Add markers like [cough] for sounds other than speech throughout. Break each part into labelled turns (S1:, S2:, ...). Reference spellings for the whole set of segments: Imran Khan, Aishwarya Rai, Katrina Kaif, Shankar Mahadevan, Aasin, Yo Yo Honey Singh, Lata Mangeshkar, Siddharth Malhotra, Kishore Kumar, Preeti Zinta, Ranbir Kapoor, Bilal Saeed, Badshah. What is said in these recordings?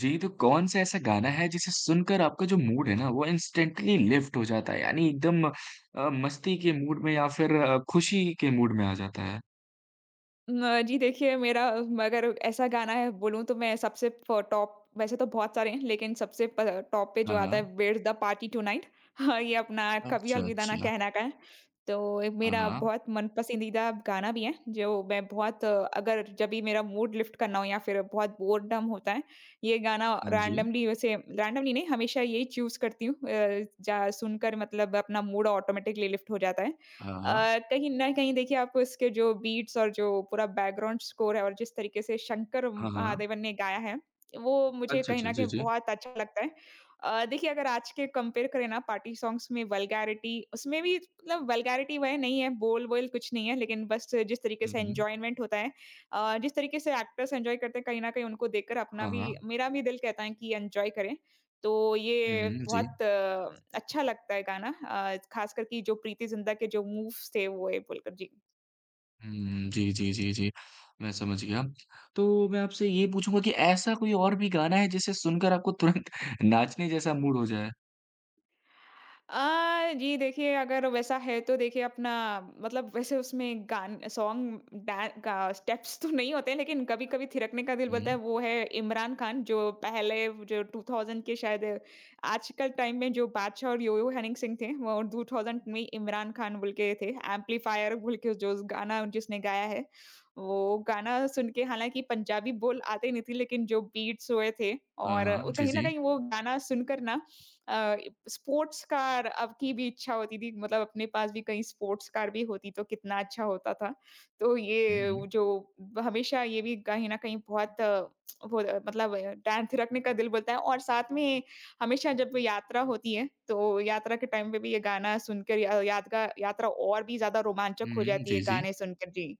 S1: जी, तो कौन-सा ऐसा गाना है जिसे सुनकर आपका जो मूड है ना वो इंस्टेंटली लिफ्ट हो जाता है? यानी एकदम मस्ती के मूड में या फिर खुशी के मूड में आ जाता है?
S2: न जी, देखिए मेरा अगर ऐसा गाना है बोलूँ तो मैं सबसे फ टॉप, वैसे तो बहुत सारे हैं, लेकिन सबसे प टॉप पे जो
S1: हाँ,
S2: आता है
S1: हाँ।
S2: Where's the party tonight. [laughs] हाँ, ये अपना कभी
S1: अच्छा,
S2: अलविदा ना
S1: अच्छा।
S2: कहना का है। तो ये
S1: हाँ,
S2: मेरा
S1: हाँ।
S2: बहुत मन पसंदीदा गाना भी है, जो मैं बहुत अगर जब भी मेरा मूड लिफ्ट करना हो या फिर बहुत बोरडम होता है, ये गाना
S1: हाँ जी।
S2: रैंडमली, वैसे रैंडमली नहीं, हमेशा यही चूज़ करती हूँ। जा सुनकर मतलब अपना मूड ऑटोमेटिकली लिफ्ट हो जाता है।
S1: हाँ, हाँ।
S2: कहीं न कहीं देखिए, आपको इसके जो बीट्स और जो पूरा बैकग्राउंड स्कोर है, और जिस तरीके से शंकर
S1: हाँ, हाँ।
S2: महादेवन ने गाया है, वो मुझे
S1: अच्छा,
S2: कहीं
S1: अच्छा।
S2: न कहीं
S1: जी, जी।
S2: बहुत अच्छा लगता है। देखिए, अगर आज के कंपेयर करें ना, पार्टी सॉन्ग्स में वल्गैरिटी उसमें भी, मतलब वल्गैरिटी वह नहीं है, बोल-वोल कुछ नहीं है, लेकिन बस जिस तरीके
S1: हुँ,
S2: से
S1: हुँ।
S2: एन्जॉयमेंट होता है, जिस तरीके से एक्टर्स एन्जॉय करते हैं, कहीं न कहीं उनको देखकर अपना
S1: हाँ,
S2: भी
S1: हाँ।
S2: मेरा भी दिल कहता है कि एन्जॉय करें। तो
S1: हुँ,
S2: ये
S1: हुँ। जी।
S2: बहुत अच्छा लगता है गाना, खास करके जो प्रीति जिंटा के जो मूव्स थे वो, ये बोलकर जी।
S1: हुँ, जी, जी, जी, जी। मैं समझ गया। तो मैं आपसे ये पूछूँगा कि ऐसा कोई और भी गाना है जिसे सुनकर आपको तुरंत [laughs] नाचने जैसा मूड हो जाए?
S2: जी देखिए, अगर वैसा है तो देखिए अपना, मतलब वैसे उसमें गान सॉन्ग डा स्टेप्स तो नहीं होते, लेकिन कभी कभी थिरकने का दिल बोलता है
S1: हुँ।
S2: वो है इमरान खान जो पहले, जो 2000 के शायद, आजकल टाइम में जो बादशाह और योयो हनी सिंह थे, वो 2000 में इमरान खान बोल के थे, एम्पलीफायर बोल के जो गाना जिसने गाया है, वो गाना सुन के, हालांकि पंजाबी बोल आते नहीं थी, लेकिन जो बीट्स हुए थे,
S1: हाँ,
S2: और
S1: हाँ। जी,
S2: कहीं ना
S1: जी।
S2: कहीं वो गाना सुनकर ना, स्पोर्ट्स कार अब की भी इच्छा होती थी, मतलब अपने पास भी कहीं स्पोर्ट्स कार भी होती तो कितना अच्छा होता था। तो
S1: हुँ,
S2: ये
S1: हुँ।
S2: वो जो हमेशा ये भी कहीं न कहीं बहुत वो मतलब टाँग थिरकने का दिल बोलता है, और साथ में हमेशा जब यात्रा होती है, तो यात्रा के टाइम पे भी ये गाना सुनकर या यादगा यात्रा और भी ज़्यादा रोमांचक
S1: हुँ,
S2: हो
S1: हुँ।
S2: जाती है
S1: जी, जी।
S2: गाने सुनकर। जी।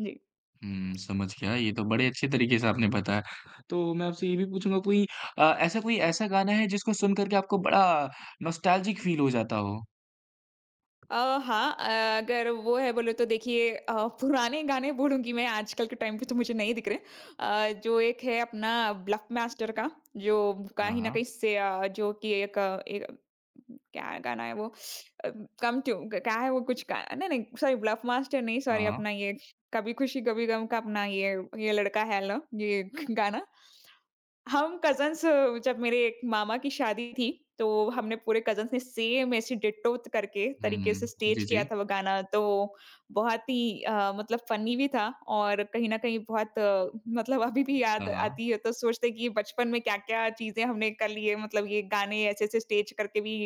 S2: जी।
S1: हुँ, समझ गया। ये तो बड़े अच्छे तरीके से आपने बताया। तो मैं आपसे ये भी पूछूँगा कोई ऐसा कोई ऐसा गाना है जिसको सुन कर के आपको बड़ा नॉस्टैल्जिक फ़ील हो जाता हो?
S2: अ, हाँ, अगर वो है बोले तो देखिए, पुराने गाने बोलूँगी मैं, आजकल के टाइम पे तो मुझे नहीं दिख रहे। जो एक है अपना ब्लफ मास्टर का, जो
S1: हाँ,
S2: कहीं न
S1: हाँ।
S2: कहीं से जो कि एक एक क्या गाना है वो? अ, कम टू क्या है वो कुछ गा नहीं, नहीं सॉरी, ब्लफ मास्टर नहीं,
S1: हाँ,
S2: सॉरी
S1: हाँ।
S2: अपना ये कभी खुशी कभी गम का अपना ये लड़का है लो ये गाना। हम कज़िन्स, जब मेरे एक मामा की शादी थी, तो हमने पूरे कज़िन्स ने सेम ऐसे डिट्टो त करके तरीके से
S1: हुँ।
S2: स्टेज
S1: जी,
S2: किया
S1: जी।
S2: था वो गाना। तो बहुत ही मतलब फ़नी भी था, और कहीं न कहीं बहुत मतलब अभी भी याद
S1: हाँ, हाँ।
S2: आती है, तो सोचते हैं कि बचपन में क्या-क्या चीज़ें हमने कर ली है। मतलब ये गाने ऐसे-ऐसे स्टेज करके भी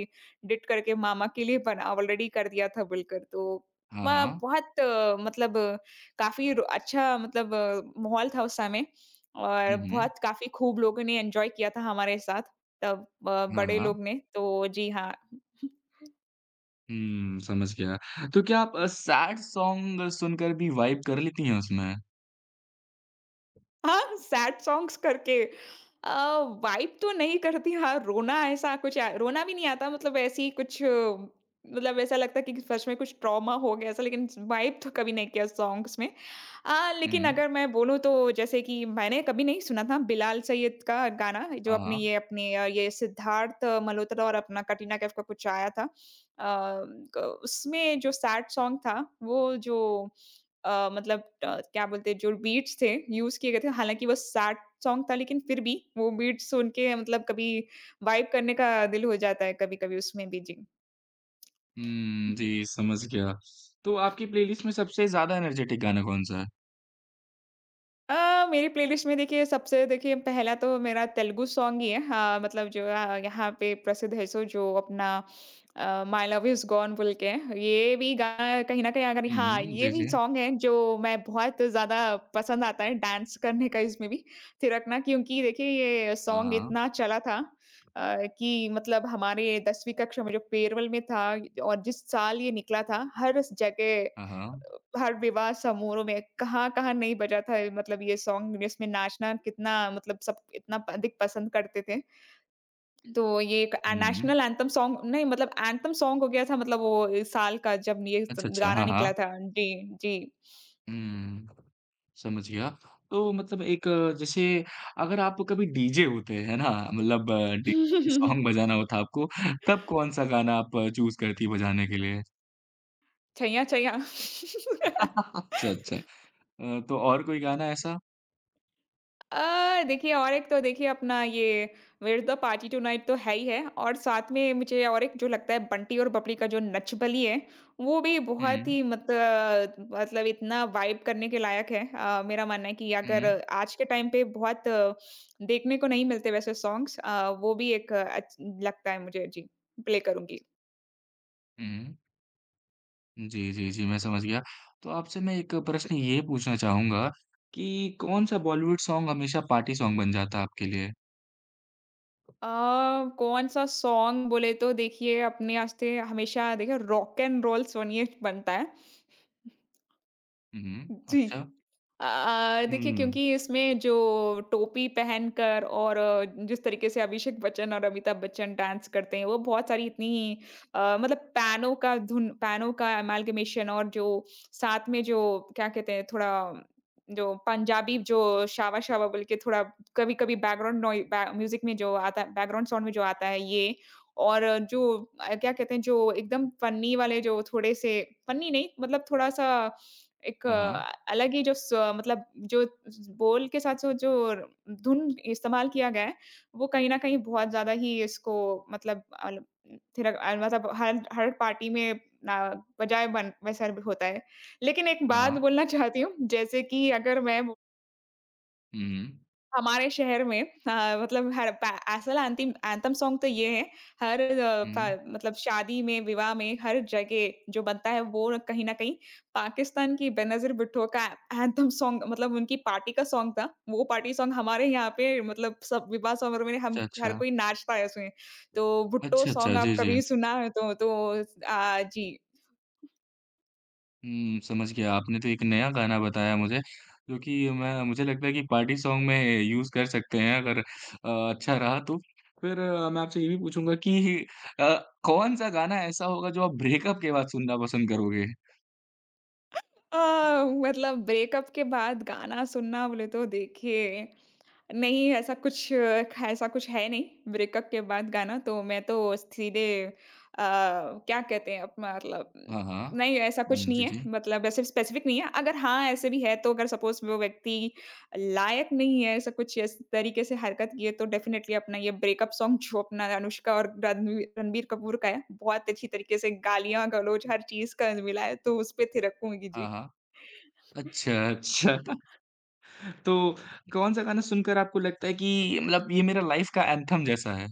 S2: डिट करके मामा के लिए बना ऑलरेडी कर दिया था बिल्कुल। तो
S1: हाँ,
S2: म
S1: हाँ।
S2: बहुत मतलब काफ़ी र अच्छा, मतलब माहौल था उस समय, और
S1: हुँ, हुँ।
S2: बहुत काफ़ी खूब लोगों ने एन्जॉय किया था हमारे साथ, तब
S1: हाँ,
S2: बड़े
S1: हाँ।
S2: लोग ने, तो जी हाँ।
S1: हुँ, समझ गया। तो क्या आप सैड सॉन्ग सुनकर भी वाइब कर लेती हैं उसमें?
S2: हाँ, सैड सॉन्ग्स करके अ, वाइब तो नहीं करती, हाँ, रोना ऐसा कुछ आ रोना भी नहीं आता, मतलब ऐसे ही कुछ मतलब ऐसा लगता है कि सच में कुछ ट्रॉमा हो गया ऐसा, लेकिन वाइब तो कभी नहीं किया सॉन्ग्स में।
S1: हुँ,
S2: लेकिन
S1: हुँ।
S2: अगर मैं बोलूँ तो जैसे कि मैंने कभी नहीं सुना था, बिलाल सैयद का गाना जो
S1: हाँ,
S2: अपने
S1: हाँ।
S2: ये अपने ये सिद्धार्थ मल्होत्रा और अपना कटरीना कैफ का कुछ आया था। क उसमें जो सैड सॉन्ग था वो जो मतलब क्या बोलते हैं, जो बीट्स थे यूज़ किए गए थे, हालाँकि वो सैड सॉन्ग था, लेकिन फिर भी वो बीट्स सुन के मतलब कभी वाइब करने का दिल हो जाता है कभी-कभी उसमें भी। जी।
S1: हुँ, जी, समझ गया। तो आपकी प्लेलिस्ट में सबसे ज़्यादा एनर्जेटिक गाना कौन-सा है?
S2: मेरी प्लेलिस्ट में देखिए सबसे, देखिए पहला तो मेरा तेलुगु सॉन्ग ही है, हाँ, मतलब जो यहाँ पे प्रसिद्ध है, सो जो अपना माय लव इज गॉन बोल के है। ये भी गाना कहीं न कहीं, अगर,
S1: हुँ,
S2: हाँ,
S1: हुँ।
S2: ये
S1: जी,
S2: भी
S1: जी।
S2: सॉन्ग है जो मैं बहुत ज़्यादा पसंद आता है डांस करने का, इसमें भी थिरकना, क्योंकि देखिए ये
S1: हाँ,
S2: सॉन्ग
S1: हाँ।
S2: इतना चला था कि मतलब हमारे 10वीं कक्षा में जो फेयरवेल में था, और जिस साल ये निकला था, हर स जगह,
S1: हाँ, हाँ।
S2: हर विवाह समारोह में, कहाँ-कहाँ नहीं बजा था, मतलब ये सॉन्ग जिसमें नाचना कितना, मतलब सब इतना प अधिक पसंद करते थे। तो ये एक
S1: हुँ।
S2: नेशनल एंथम सॉन्ग नहीं, मतलब एंथम सॉन्ग हो गया था, मतलब वो इस साल का जब ये स
S1: अच्छा, अच्छा।
S2: गाना
S1: हाँ, हाँ।
S2: निकला था। जी, जी।
S1: हुँ, समझ गया। तो मतलब एक जैसे अगर आप कभी डीजे होते, है ना? मतलब डीजे सॉन्ग बजाना
S2: [laughs]
S1: होता आपको, तब कौन-सा गाना आप चूज़ करती बजाने के लिए?
S2: छैया छैया।
S1: [laughs] अच्छा, अच्छा।
S2: [laughs]
S1: तो और कोई गाना ऐसा?
S2: देखिए, और एक तो देखिए अपना ये "व्हेयर्स द पार्टी टुनाइट" तो है ही है, और साथ में मुझे और एक जो लगता है, बंटी और बबली का जो नच बलिए है, वो भी बहुत
S1: हुँ,
S2: ही मत मतलब इतना वाइब करने के लायक है। मेरा मानना है कि अगर
S1: हुँ,
S2: आज के टाइम पे बहुत देखने को नहीं मिलते वैसे सॉन्ग्स, वो भी एक अच्छ लगता है मुझे, जी, प्ले करूँगी।
S1: हुँ। जी, जी, जी, मैं समझ गया। तो आपसे मैं एक प्रश्न ये पूछना चाहूँगा कि कौन-सा बॉलीवुड सॉन्ग हमेशा पार्टी सॉन्ग बन जाता है आपके लिए?
S2: अ, कौन-सा सॉन्ग बोले तो देखिए अपने वास्ते हमेशा, देखिए, रॉक एंड रोल सुनिए बनता है।
S1: हुँ, हुँ।
S2: जी।
S1: अच्छा।
S2: देखिए
S1: हुँ।
S2: क्योंकि इसमें जो टोपी पहनकर, और जिस तरीके से अभिषेक बच्चन और अमिताभ बच्चन डांस करते हैं, वो बहुत सारी इतनी मतलब पैनों का धुन, पैनों का अमाल्गमेशन, और जो साथ में जो क्या कहते हैं थोड़ा, जो पंजाबी जो शावा शावा बोल के, थोड़ा कभी-कभी बैकग्राउंड नॉइ बै म्यूज़िक में जो आता है, बैकग्राउंड साउंड में जो आता है ये, और जो क्या कहते हैं जो एकदम फनी वाले जो थोड़े से, फनी नहीं, मतलब थोड़ा-सा एक
S1: हाँ, हाँ।
S2: अलग ही जो स मतलब जो ज बोल के साथ, जो जो धुन इस्तेमाल किया गया है, वो कहीं न कहीं बहुत ज़्यादा ही इसको, मतलब अल थिरक मतलब हर हर पार्टी में ना बजाए बन वैसा भी होता है। लेकिन एक
S1: हाँ,
S2: बात
S1: हाँ।
S2: बोलना चाहती हूँ, जैसे कि अगर मैं
S1: हुँ,
S2: हमारे शहर में मतलब हर पा असल एंथिम एंथम सॉन्ग तो ये है, हर पा
S1: हुँ।
S2: मतलब शादी में, विवाह में, हर जगह जो बनता है वो कहीं न कहीं पाकिस्तान की बेनज़ीर भुट्टो का एंथम सॉन्ग, मतलब उनकी पार्टी का सॉन्ग था। वो पार्टी सॉन्ग हमारे यहाँ पे, मतलब सब विवाह समारोह में हम
S1: अच्छा,
S2: हर
S1: अच्छा।
S2: कोई नाचता है उसमें। तो भुट्टो
S1: अच्छा, अच्छा।
S2: सॉन्ग आप
S1: जी, जी।
S2: कभी सुना है तो जी।
S1: हुँ, समझ गया। आपने तो एक नया गाना बताया मुझे, जो कि मैं मुझे लगता है कि पार्टी सॉन्ग में यूज़ कर सकते हैं अगर अच्छा रहा तो। फिर मैं आपसे ये भी पूछूँगा कि अ, कौन-सा गाना ऐसा होगा जो आप ब्रेकअप के बाद सुनना पसंद करोगे?
S2: अ, मतलब ब्रेकअप के बाद गाना सुनना बोले तो देखिए, नहीं, ऐसा कुछ है नहीं, ब्रेकअप के बाद गाना, तो मैं तो सीधे क्या कहते हैं अपना, मतलब
S1: हाँ, हाँ।
S2: नहीं, ऐसा कुछ
S1: हुँ, जी,
S2: नहीं है,
S1: जी।
S2: मतलब ऐसे स्पेसिफिक नहीं है। अगर, हाँ, ऐसे भी है तो अगर सपोज़ वो व्यक्ति लायक नहीं है, ऐसा कुछ इस तरीके से हरकत की है, तो डेफ़िनेटली अपना ये ब्रेकअप सॉन्ग जो अपना अनुष्का और रणवी रणबीर कपूर का है, बहुत अच्छी तरीके से गालियाँ, गलौज हर चीज़ का मिला है, तो उस पे थिरकूँगी।
S1: हाँ,
S2: जी।
S1: हाँ। अच्छा, अच्छा। [laughs] तो कौन-सा गाना सुनकर आपको लगता है कि मतलब ये मेरा लाइफ़ का एंथम जैसा है?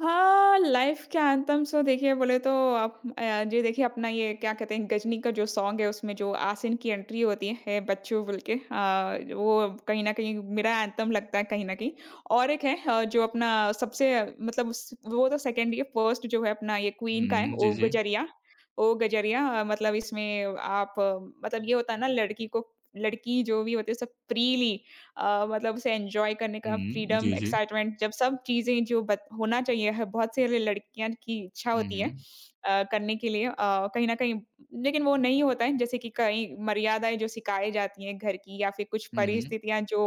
S2: हाँ, लाइफ के एंथम, सो देखिए बोले तो आप, जी देखिए, अपना ये क्या कहते हैं गजनी का जो सॉन्ग है, उसमें जो आसिन की एंट्री होती है बच्चू बोल के, वो कहीं न कहीं मेरा एंथम लगता है कहीं न कहीं। और एक है जो अपना सबसे, मतलब उस, वो तो सेकेंडरी है, फर्स्ट जो है अपना ये क्वीन का है,
S1: हुँ, जी,
S2: ओ
S1: जी।
S2: गजरिया, ओ गजरिया, मतलब इसमें आप मतलब ये होता है ना, लड़की को, लड़की जो भी होती है सब फ्रीली, मतलब उसे एन्जॉय करने का
S1: हुँ,
S2: फ्रीडम,
S1: जी, जी।
S2: एक्साइटमेंट, जब सब चीज़ें जो बत होना चाहिए है, बहुत सारी लड़कियाँ की इच्छा
S1: हुँ,
S2: होती है
S1: हुँ।
S2: करने के लिए, कहीं न कहीं, लेकिन वो नहीं होता है, जैसे कि कई मर्यादाएँ जो सिखाई जाती हैं घर की, या फिर कुछ
S1: हुँ, हुँ।
S2: परिस्थितियाँ जो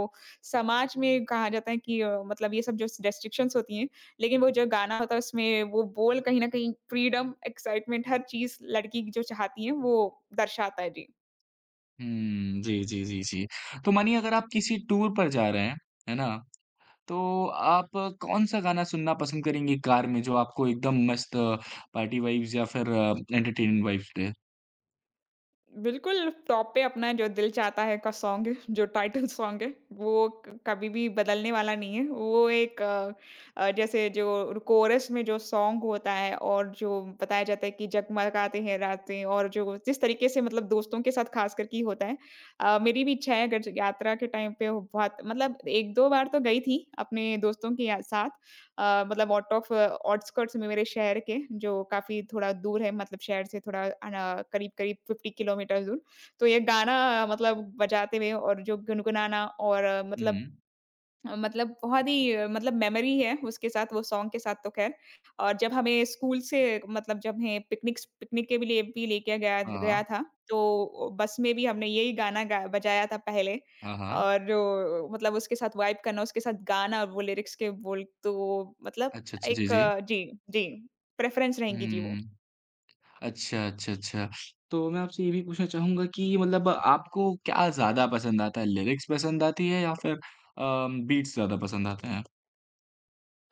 S2: समाज में कहा जाता है कि, मतलब ये सब जो रेस्ट्रिक्शंस होती हैं, लेकिन वो जो गाना होता है उसमें वो बोल कहीं न कहीं फ्रीडम, एक्साइटमेंट, हर चीज़ लड़की की जो चाहती है वो दर्शाता है। जी।
S1: हुँ, जी, जी, जी, जी। तो मानिए अगर आप किसी टूर पर जा रहे हैं, है ना? तो आप कौन-सा गाना सुनना पसंद करेंगे कार में जो आपको एकदम मस्त पार्टी वाइब्स या फिर एंटरटेनमेंट वाइब्स दे?
S2: बिल्कुल, टॉप पे अपना जो दिल चाहता है का सॉन्ग है, जो टाइटल सॉन्ग है, वो क कभी भी बदलने वाला नहीं है। वो एक जैसे जो कोरस में जो सॉन्ग होता है, और जो बताया जाता है कि जगमगाते हैं रातें, और जो जिस तरीके से मतलब दोस्तों के साथ खास करके ही होता है। मेरी भी इच्छा है, अगर ज यात्रा के टाइम पे वो बहुत, मतलब 1-2 बार तो गई थी अपने दोस्तों के या साथ। मतलब आउट ऑफ आउटस्कर्ट्स में मेरे शहर के, जो काफ़ी थोड़ा दूर है, मतलब शहर से थोड़ा करीब-करीब 50 किलोमीटर दूर। तो ये गाना मतलब बजाते हुए और जो गुनगुनाना और मतलब
S1: हुँ,
S2: मतलब बहुत ही मतलब मेमोरी है उसके साथ, वो सॉन्ग के साथ तो ख़ैर। और जब हमें स्कूल से मतलब जब हमें पिकनिक के भी लिए भी लेके गया
S1: हाँ,
S2: गया था, तो बस में भी हमने यही गाना गा बजाया था पहले।
S1: हाँ, हाँ।
S2: और जो मतलब उसके साथ वाइब करना, उसके साथ गाना, और वो लिरिक्स के बोल तो मतलब
S1: अच्छा, अच्छा, जी,
S2: एक
S1: जी।
S2: जी, जी, प्रेफ़रेंस रहेंगी जी वो।
S1: हुँ, अच्छा, अच्छा, अच्छा। तो मैं आपसे ये भी पूछना चाहूँगा कि मतलब आपको क्या ज़्यादा पसंद आता है, लिरिक्स पसंद आती है या फिर अ, बीट्स ज़्यादा पसंद आते हैं?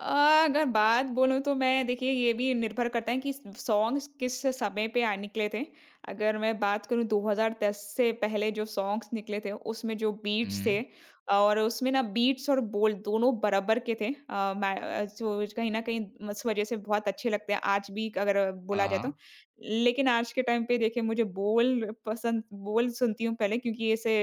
S2: अ, अगर बात बोलूँ तो मैं देखिए ये भी निर्भर करता है कि सॉन्ग्स किस समय पे आ निकले थे। अगर मैं बात करूँ 2010 से पहले जो सॉन्ग्स निकले थे उसमें जो बीट्स थे
S1: हुँ,
S2: और उसमें ना बीट्स और बोल दोनों बराबर के थे। जो कहीं न कहीं इस वज़ह से बहुत अच्छे लगते हैं आज भी अगर
S1: हाँ,
S2: बोला जाए तो।
S1: हाँ,
S2: लेकिन आज के टाइम पे देखिए मुझे बोल सुनती हूँ पहले, क्योंकि ऐसे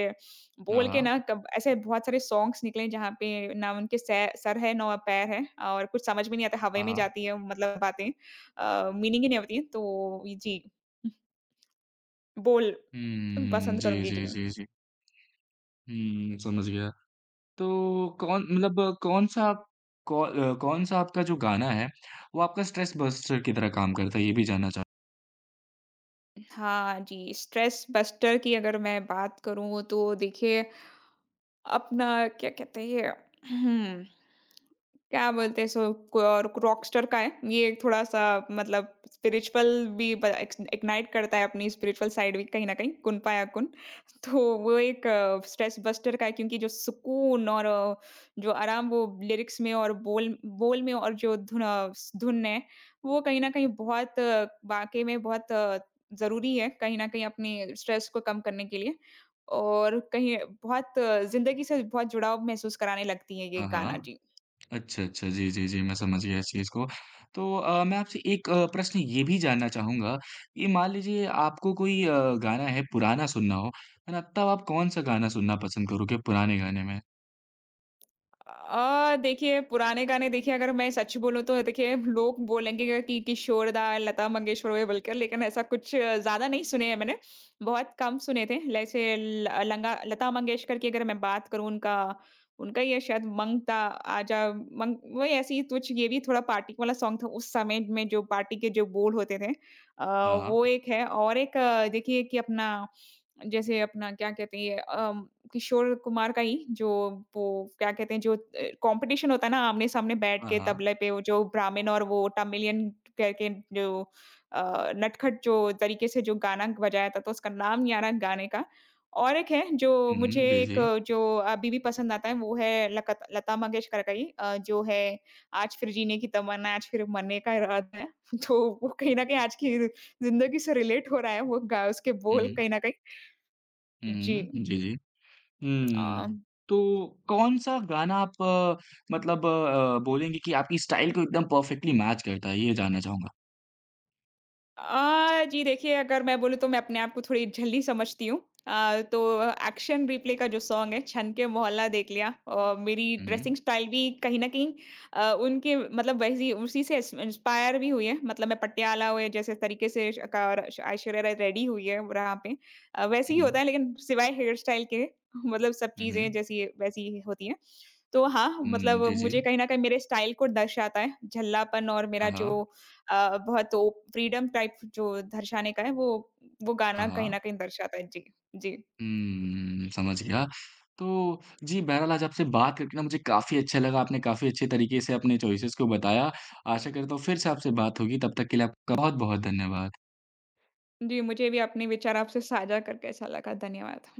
S1: हाँ,
S2: बोल के
S1: हाँ,
S2: ना कब ऐसे बहुत सारे सॉन्ग्स निकले जहाँ पे ना उनके सै सर है ना पैर है और कुछ समझ में नहीं आता, हवा
S1: हाँ,
S2: में
S1: हाँ।
S2: जाती है मतलब बातें, मीनिंग ही नहीं होती है। तो ये जी, बोल
S1: हुँ,
S2: पसंद
S1: जी,
S2: करूँगी जी
S1: जी,
S2: मैं।
S1: जी, जी। हुँ, समझ गया। तो कौन मतलब कौन-सा कौन-सा आपका जो गाना है, वो आपका स्ट्रेस बस्टर की तरह काम करता है? ये भी जानना चाह
S2: [laughs] हाँ जी, स्ट्रेस बस्टर की अगर मैं बात करूँ तो देखिए अपना क्या कहते हैं ये हम्म, क्या बोलते हैं और रॉकस्टर का है ये, एक थोड़ा सा मतलब स्पिरिचुअल भी इग्नाइट करता है अपनी स्पिरिचुअल साइड भी कहीं ना कहीं, कुन पाया कुन। तो वो एक स्ट्रेस बस्टर का है, क्योंकि जो सुकून और जो आराम वो लिरिक्स में और बोल बोल में और जो धुन है वो कहीं ना कहीं बहुत वाकई में बहुत जरूरी है कहीं ना कहीं अपने स्ट्रेस को कम करने के लिए, और कहीं बहुत ज़िंदगी से बहुत जुड़ाव महसूस कराने लगती है ये
S1: हाँ,
S2: गाना।
S1: हाँ।
S2: जी।
S1: अच्छा, अच्छा। जी, जी, जी, मैं समझ गया इस चीज़ को। तो मैं आपसे एक प्रश्न ये भी जानना चाहूँगा कि मान लीजिए आपको कोई गाना है, पुराना सुनना हो, है ना? तब आप कौन-सा गाना सुनना पसंद करोगे पुराने गाने में?
S2: देखिए पुराने गाने, देखिए अगर मैं सच बोलूँ तो देखिए लोग बोलेंगे कि किशोर दा, लता मंगेशकर वगैरह बोलकर, लेकिन ऐसा कुछ ज़्यादा नहीं सुने हैं मैंने, बहुत कम सुने थे। जैसे ल लंगा लता मंगेशकर की अगर मैं बात करूँ, उनका उनका ये शायद माँगता आजा माँग वही ऐसी कुछ, ये भी थोड़ा पार्टी वाला सॉन्ग था उस समय में, जो पार्टी के जो बोल होते थे। अ,
S1: हाँ,
S2: वो एक है, और एक देखिए कि अपना जैसे अपना क्या कहते हैं ये किशोर कुमार का ही, जो वो क्या कहते हैं, जो कॉम्पिटिशन होता है ना आमने-सामने बैठ
S1: हाँ,
S2: के
S1: हाँ।
S2: तबले पे, वो जो ब्राह्मण और वो तमिलियन करके जो अ, नटखट जो तरीके से जो गाना बजाया था, तो उसका नाम नहीं आ रहा गाने का। और एक है जो
S1: हुँ,
S2: मुझे
S1: हुँ। जी,
S2: एक
S1: जी।
S2: जो अभी भी पसंद आता है वो है लकत लता मंगेशकर का ही, जो है आज फिर जीने की तमन्ना, आज फिर मरने का इरादा है। [laughs] तो वो कहीं न कहीं आज की ज़िंदगी से रिलेट हो रहा है, वो गा उसके
S1: हुँ,
S2: बोल
S1: हुँ।
S2: कहीं न कहीं।
S1: हुँ,
S2: जी।
S1: हुँ। जी, जी।
S2: अ
S1: हुँ। तो कौन-सा गाना आप मतलब बोलेंगे कि आपकी स्टाइल को एकदम परफेक्टली मैच करता है? ये जानना चाहूँगा।
S2: जी देखिए, अगर मैं बोलूँ तो मैं अपने आप को थोड़ी ढिल्ली समझती हूँ। तो एक्शन रिप्ले का जो सॉन्ग है, छन के मोहल्ला देख लिया, मेरी
S1: हुँ, हुँ।
S2: ड्रेसिंग स्टाइल भी कहीं न कहीं उनके मतलब वैसी उसी से इंस्पायर भी हुई है। मतलब मैं पटियाला हुए जैसे तरीके से श का र ऐश्वर्या राय रेडी हुई है वहाँ पे। वैसे
S1: हुँ,
S2: ही होता
S1: हुँ।
S2: है, लेकिन सिवाय हेयर स्टाइल के [laughs] मतलब सब
S1: हुँ,
S2: चीज़ें
S1: हुँ।
S2: जैसी वैसी ही होती हैं। तो हाँ, मतलब
S1: हुँ, जी, जी।
S2: मुझे कहीं न कहीं मेरे स्टाइल को दर्शाता है, झल्लापन और मेरा
S1: हाँ,
S2: जो
S1: हाँ।
S2: बहुत वो फ्रीडम टाइप जो दर्शाने का है, वो
S1: हाँ,
S2: गाना कहीं
S1: हाँ।
S2: न कहीं दर्शाता है। जी, जी।
S1: हुँ, समझ गया। तो जी, बहरहाल आज आपसे बात करके ना मुझे काफ़ी अच्छा लगा। आपने काफ़ी अच्छे तरीके से अपने चॉइसेस को बताया। आशा करता हूँ फिर से आपसे बात होगी। तब तक के लिए आपका बहुत-बहुत धन्यवाद।
S2: जी, मुझे भी अपने विचार आपसे साझा करके अच्छा लगा। धन्यवाद।